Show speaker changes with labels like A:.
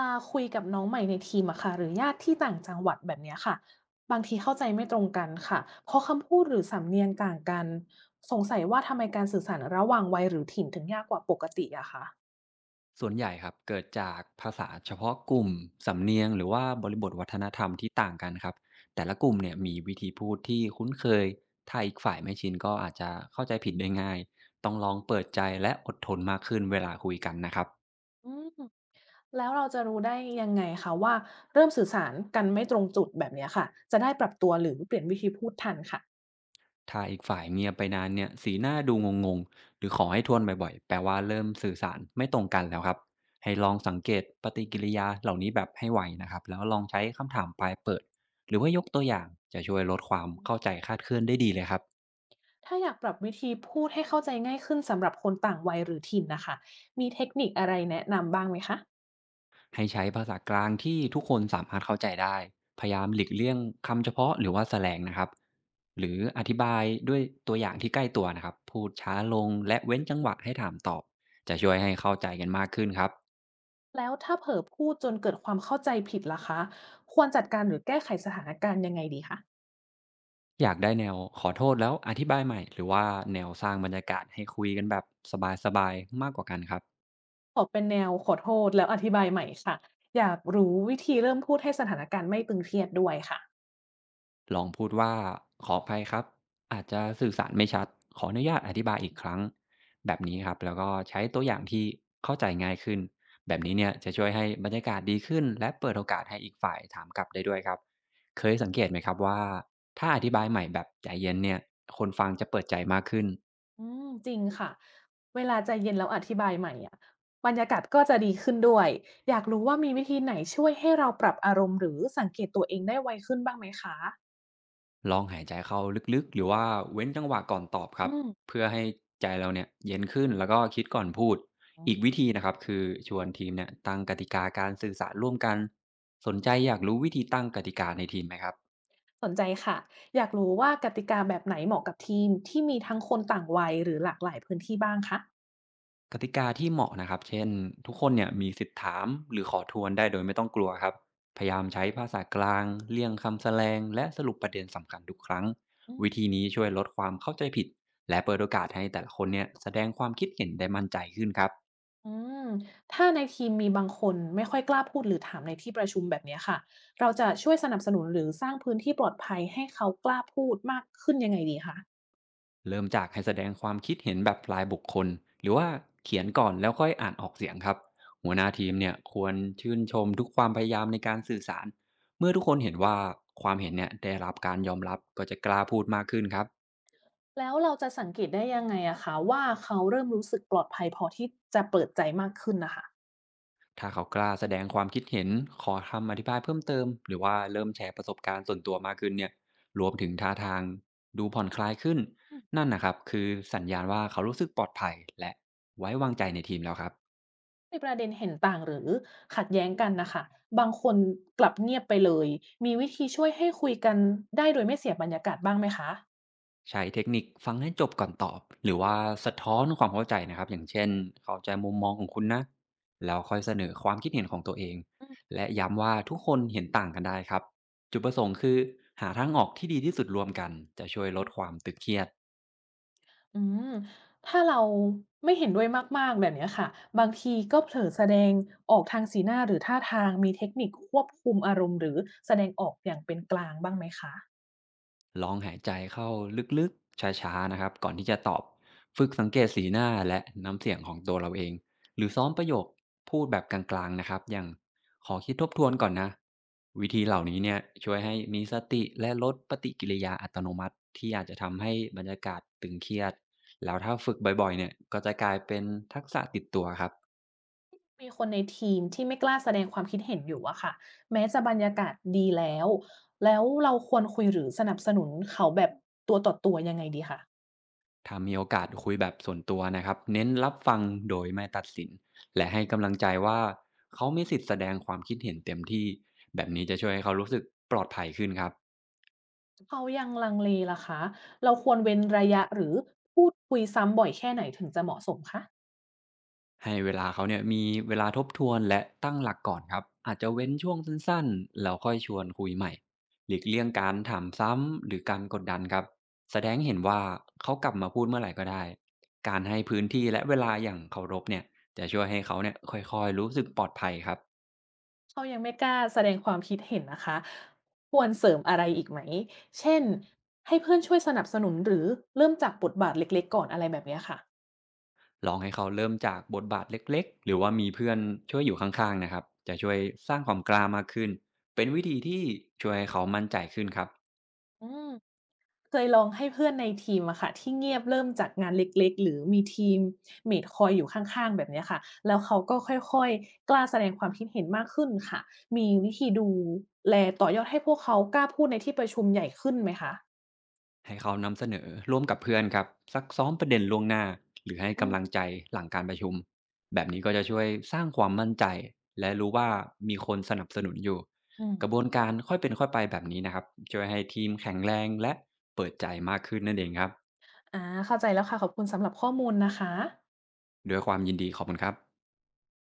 A: มาคุยกับน้องใหม่ในทีมอะค่ะหรือญาติที่ต่างจังหวัดแบบเนี้ยค่ะบางทีเข้าใจไม่ตรงกันค่ะเพราะคำพูดหรือสำเนียงต่างกันสงสัยว่าทำไมการสื่อสารระหว่างวัยหรือถิ่นถึงยากกว่าปกติอะคะ
B: ส่วนใหญ่ครับเกิดจากภาษาเฉพาะกลุ่มสำเนียงหรือว่าบริบทวัฒนธรรมที่ต่างกันครับแต่ละกลุ่มเนี่ยมีวิธีพูดที่คุ้นเคยถ้าอีกฝ่ายไม่ชินก็อาจจะเข้าใจผิดได้ง่ายต้องลองเปิดใจและอดทนมากขึ้นเวลาคุยกันนะครับ
A: อืมแล้วเราจะรู้ได้ยังไงคะว่าเริ่มสื่อสารกันไม่ตรงจุดแบบเนี้ยค่ะจะได้ปรับตัวหรือเปลี่ยนวิธีพูดทันค่ะ
B: ถ้าอีกฝ่ายเงียบไปนานเนี่ยสีหน้าดูงงๆหรือขอให้ทวนบ่อยๆแปลว่าเริ่มสื่อสารไม่ตรงกันแล้วครับให้ลองสังเกตปฏิกิริยาเหล่านี้แบบให้ไวนะครับแล้วลองใช้คำถามปลายเปิดหรือว่ายกตัวอย่างจะช่วยลดความ
A: อืม
B: เข้าใจคลาดเคลื่อนได้ดีเลยครับ
A: ถ้าอยากปรับวิธีพูดให้เข้าใจง่ายขึ้นสำหรับคนต่างวัยหรือถิ่นนะคะมีเทคนิคอะไรแนะนำบ้างไหมคะ
B: ให้ใช้ภาษากลางที่ทุกคนสามารถเข้าใจได้พยายามหลีกเลี่ยงคำเฉพาะหรือว่าแสแลงนะครับหรืออธิบายด้วยตัวอย่างที่ใกล้ตัวนะครับพูดช้าลงและเว้นจังหวะให้ถามตอบจะช่วยให้เข้าใจกันมากขึ้นครับ
A: แล้วถ้าเผลอพูดจนเกิดความเข้าใจผิดล่ะคะควรจัดการหรือแก้ไขสถานการณ์ยังไงดีคะ
B: อยากได้แนวขอโทษแล้วอธิบายใหม่หรือว่าแนวสร้างบรรยากาศให้คุยกันแบบสบายๆมากกว่ากันครับ
A: ขอเป็นแนวขอโทษแล้วอธิบายใหม่ค่ะอยากรู้วิธีเริ่มพูดให้สถานการณ์ไม่ตึงเครียดด้วยค่ะ
B: ลองพูดว่าขออภัยครับอาจจะสื่อสารไม่ชัดขออนุญาตอธิบายอีกครั้งแบบนี้ครับแล้วก็ใช้ตัวอย่างที่เข้าใจง่ายขึ้นแบบนี้เนี่ยจะช่วยให้บรรยากาศดีขึ้นและเปิดโอกาสให้อีกฝ่ายถามกลับได้ด้วยครับเคยสังเกตไหมครับว่าถ้าอธิบายใหม่แบบใจเย็นเนี่ยคนฟังจะเปิดใจมากขึ้น
A: อืมจริงค่ะเวลาใจเย็นแล้วอธิบายใหม่อะบรรยากาศก็จะดีขึ้นด้วยอยากรู้ว่ามีวิธีไหนช่วยให้เราปรับอารมณ์หรือสังเกตตัวเองได้ไวขึ้นบ้างไหมคะ
B: ลองหายใจเข้าลึกๆ หรือว่าเว้นจังหวะก่อนตอบครั
A: อื
B: บ
A: ม
B: เพื่อให้ใจเราเนี่ยเย็นขึ้นแล้วก็คิดก่อนพูด
A: อื
B: อีกวิ
A: ม
B: ธีนะครับคือชวนทีมเนี่ยตั้งกติกาการสื่อสารร่วมกันสนใจอยากรู้วิธีตั้งกติกาในทีมไหมครับ
A: สนใจค่ะอยากรู้ว่ากติกาแบบไหนเหมาะกับทีมที่มีทั้งคนต่างวัยหรือหลากหลายพื้นที่บ้างคะ
B: กติกาที่เหมาะนะครับเช่นทุกคนเนี่ยมีสิทธิ์ถามหรือขอทวนได้โดยไม่ต้องกลัวครับพยายามใช้ภา
A: อ
B: ษากลางเลี่ยงคำแสลงและสรุปประเด็นสำคัญทุกครั้ง
A: ืม
B: วิธีนี้ช่วยลดความเข้าใจผิดและเปิดโอกาสให้แต่ละคนเนี่ยแสดงความคิดเห็นได้มั่นใจขึ้นครับ
A: อืมถ้าในทีมมีบางคนไม่ค่อยกล้าพูดหรือถามในที่ประชุมแบบเนี้ยค่ะเราจะช่วยสนับสนุนหรือสร้างพื้นที่ปลอดภัยให้เขากล้าพูดมากขึ้นยังไงดีคะ
B: เริ่มจากให้แสดงความคิดเห็นแบบรายบุคคลหรือว่าเขียนก่อนแล้วค่อยอ่านออกเสียงครับหัวหน้าทีมเนี่ยควรชื่นชมทุกความพยายามในการสื่อสารเมื่อทุกคนเห็นว่าความเห็นเนี่ยได้รับการยอมรับก็จะกล้าพูดมากขึ้นครับ
A: แล้วเราจะสังเกตได้ยังไงอะคะว่าเขาเริ่มรู้สึกปลอดภัยพอที่จะเปิดใจมากขึ้นนะคะ
B: ถ้าเขากล้าแสดงความคิดเห็นขอคำอธิบายเพิ่มเติมหรือว่าเริ่มแชร์ประสบการณ์ส่วนตัวมากขึ้นเนี่ยรวมถึงท่าทางดูผ่อนคลายขึ้น
A: อืม
B: นั่นนะครับคือสัญญาณว่าเขารู้สึกปลอดภัยและไว้วางใจในทีมแล้วครับ
A: ในประเด็นเห็นต่างหรือขัดแย้งกันนะคะบางคนกลับเงียบไปเลยมีวิธีช่วยให้คุยกันได้โดยไม่เสียบรรยากาศบ้างไหมคะ
B: ใช้เทคนิคฟังให้จบก่อนตอบหรือว่าสะท้อนความเข้าใจนะครับอย่างเช่นเข้าใจมุมมองของคุณนะแล้วค่อยเสนอความคิดเห็นของตัวเอง
A: อืม
B: และย้ำว่าทุกคนเห็นต่างกันได้ครับจุดประสงค์คือหาทางออกที่ดีที่สุดรวมกันจะช่วยลดความตึงเครียด
A: อืมถ้าเราไม่เห็นด้วยมากๆแบบเนี้ยค่ะบางทีก็เผลอแสดงออกทางสีหน้าหรือท่าทางมีเทคนิคควบคุมอารมณ์หรือแสดงออกอย่างเป็นกลางบ้างไหมคะ
B: ลองหายใจเข้าลึกๆ ช้าๆนะครับก่อนที่จะตอบฝึกสังเกตสีหน้าและน้ำเสียงของตัวเราเอง หรือซ้อมประโยคพูดแบบกลางๆนะครับอย่างขอคิดทบทวนก่อนนะ วิธีเหล่านี้เนี่ยช่วยให้มีสติและลดปฏิกิริยาอัตโนมัติที่อาจจะทำให้บรรยากาศตึงเครียดแล้วถ้าฝึกบ่อยๆเนี่ยก็จะกลายเป็นทักษะติดตัวครับ
A: มีคนในทีมที่ไม่กล้าแสดงความคิดเห็นอยู่อะค่ะแม้จะบรรยากาศดีแล้วแล้วเราควรคุยหรือสนับสนุนเขาแบบตัวต่อตัวยังไงดีคะ
B: ถ้ามีโอกาสคุยแบบส่วนตัวนะครับเน้นรับฟังโดยไม่ตัดสินและให้กำลังใจว่าเขามีสิทธิ์แสดงความคิดเห็นเต็มที่แบบนี้จะช่วยให้เขารู้สึกปลอดภัยขึ้นครับ
A: เขายังลังเลล่ะคะเราควรเว้นระยะหรือพูดคุยซ้ำบ่อยแค่ไหนถึงจะเหมาะสมคะ
B: ให้เวลาเขาเนี่ยมีเวลาทบทวนและตั้งหลักก่อนครับอาจจะเว้นช่วงสั้นๆแล้วค่อยชวนคุยใหม่หลีกเลี่ยงการถามซ้ำหรือการกดดันครับแสดงให้เห็นว่าเขากลับมาพูดเมื่อไหร่ก็ได้การให้พื้นที่และเวลาอย่างเคารพเนี่ยจะช่วยให้เขาเนี่ยค่อยๆรู้สึกปลอดภัยครับ
A: เขายังไม่กล้าแสดงความคิดเห็นนะคะควรเสริมอะไรอีกไหมเช่นให้เพื่อนช่วยสนับสนุนหรือเริ่มจากบทบาทเล็กๆก่อนอะไรแบบเนี้ยค่ะ
B: ลองให้เขาเริ่มจากบทบาทเล็กๆหรือว่ามีเพื่อนช่วยอยู่ข้างๆนะครับจะช่วยสร้างความกล้ามากขึ้นเป็นวิธีที่ช่วยให้เขามั่นใจขึ้นครับ
A: อืมเคยลองให้เพื่อนในทีมอะค่ะที่เงียบเริ่มจากงานเล็กๆหรือมีทีมเมดคอยอยู่ข้างๆแบบเนี้ยค่ะแล้วเขาก็ค่อยๆกล้าแสดงความคิดเห็นมากขึ้นค่ะมีวิธีดูแลต่อยอดให้พวกเขากล้าพูดในที่ประชุมใหญ่ขึ้นไหมคะ
B: ให้เขานำเสนอร่วมกับเพื่อนครับซักซ้อมประเด็นล่วงหน้าหรือให้
A: อืม
B: กำลังใจหลังการประชุมแบบนี้ก็จะช่วยสร้างความมั่นใจและรู้ว่ามีคนสนับสนุนอยู่กระบวนการค่อยเป็นค่อยไปแบบนี้นะครับช่วยให้ทีมแข็งแรงและเปิดใจมากขึ้นนั่นเองครับ
A: ๆอาเข้าใจแล้วค่ะขอบคุณสำหรับข้อมูลนะคะ
B: ด้วยความยินดีขอบคุณครับ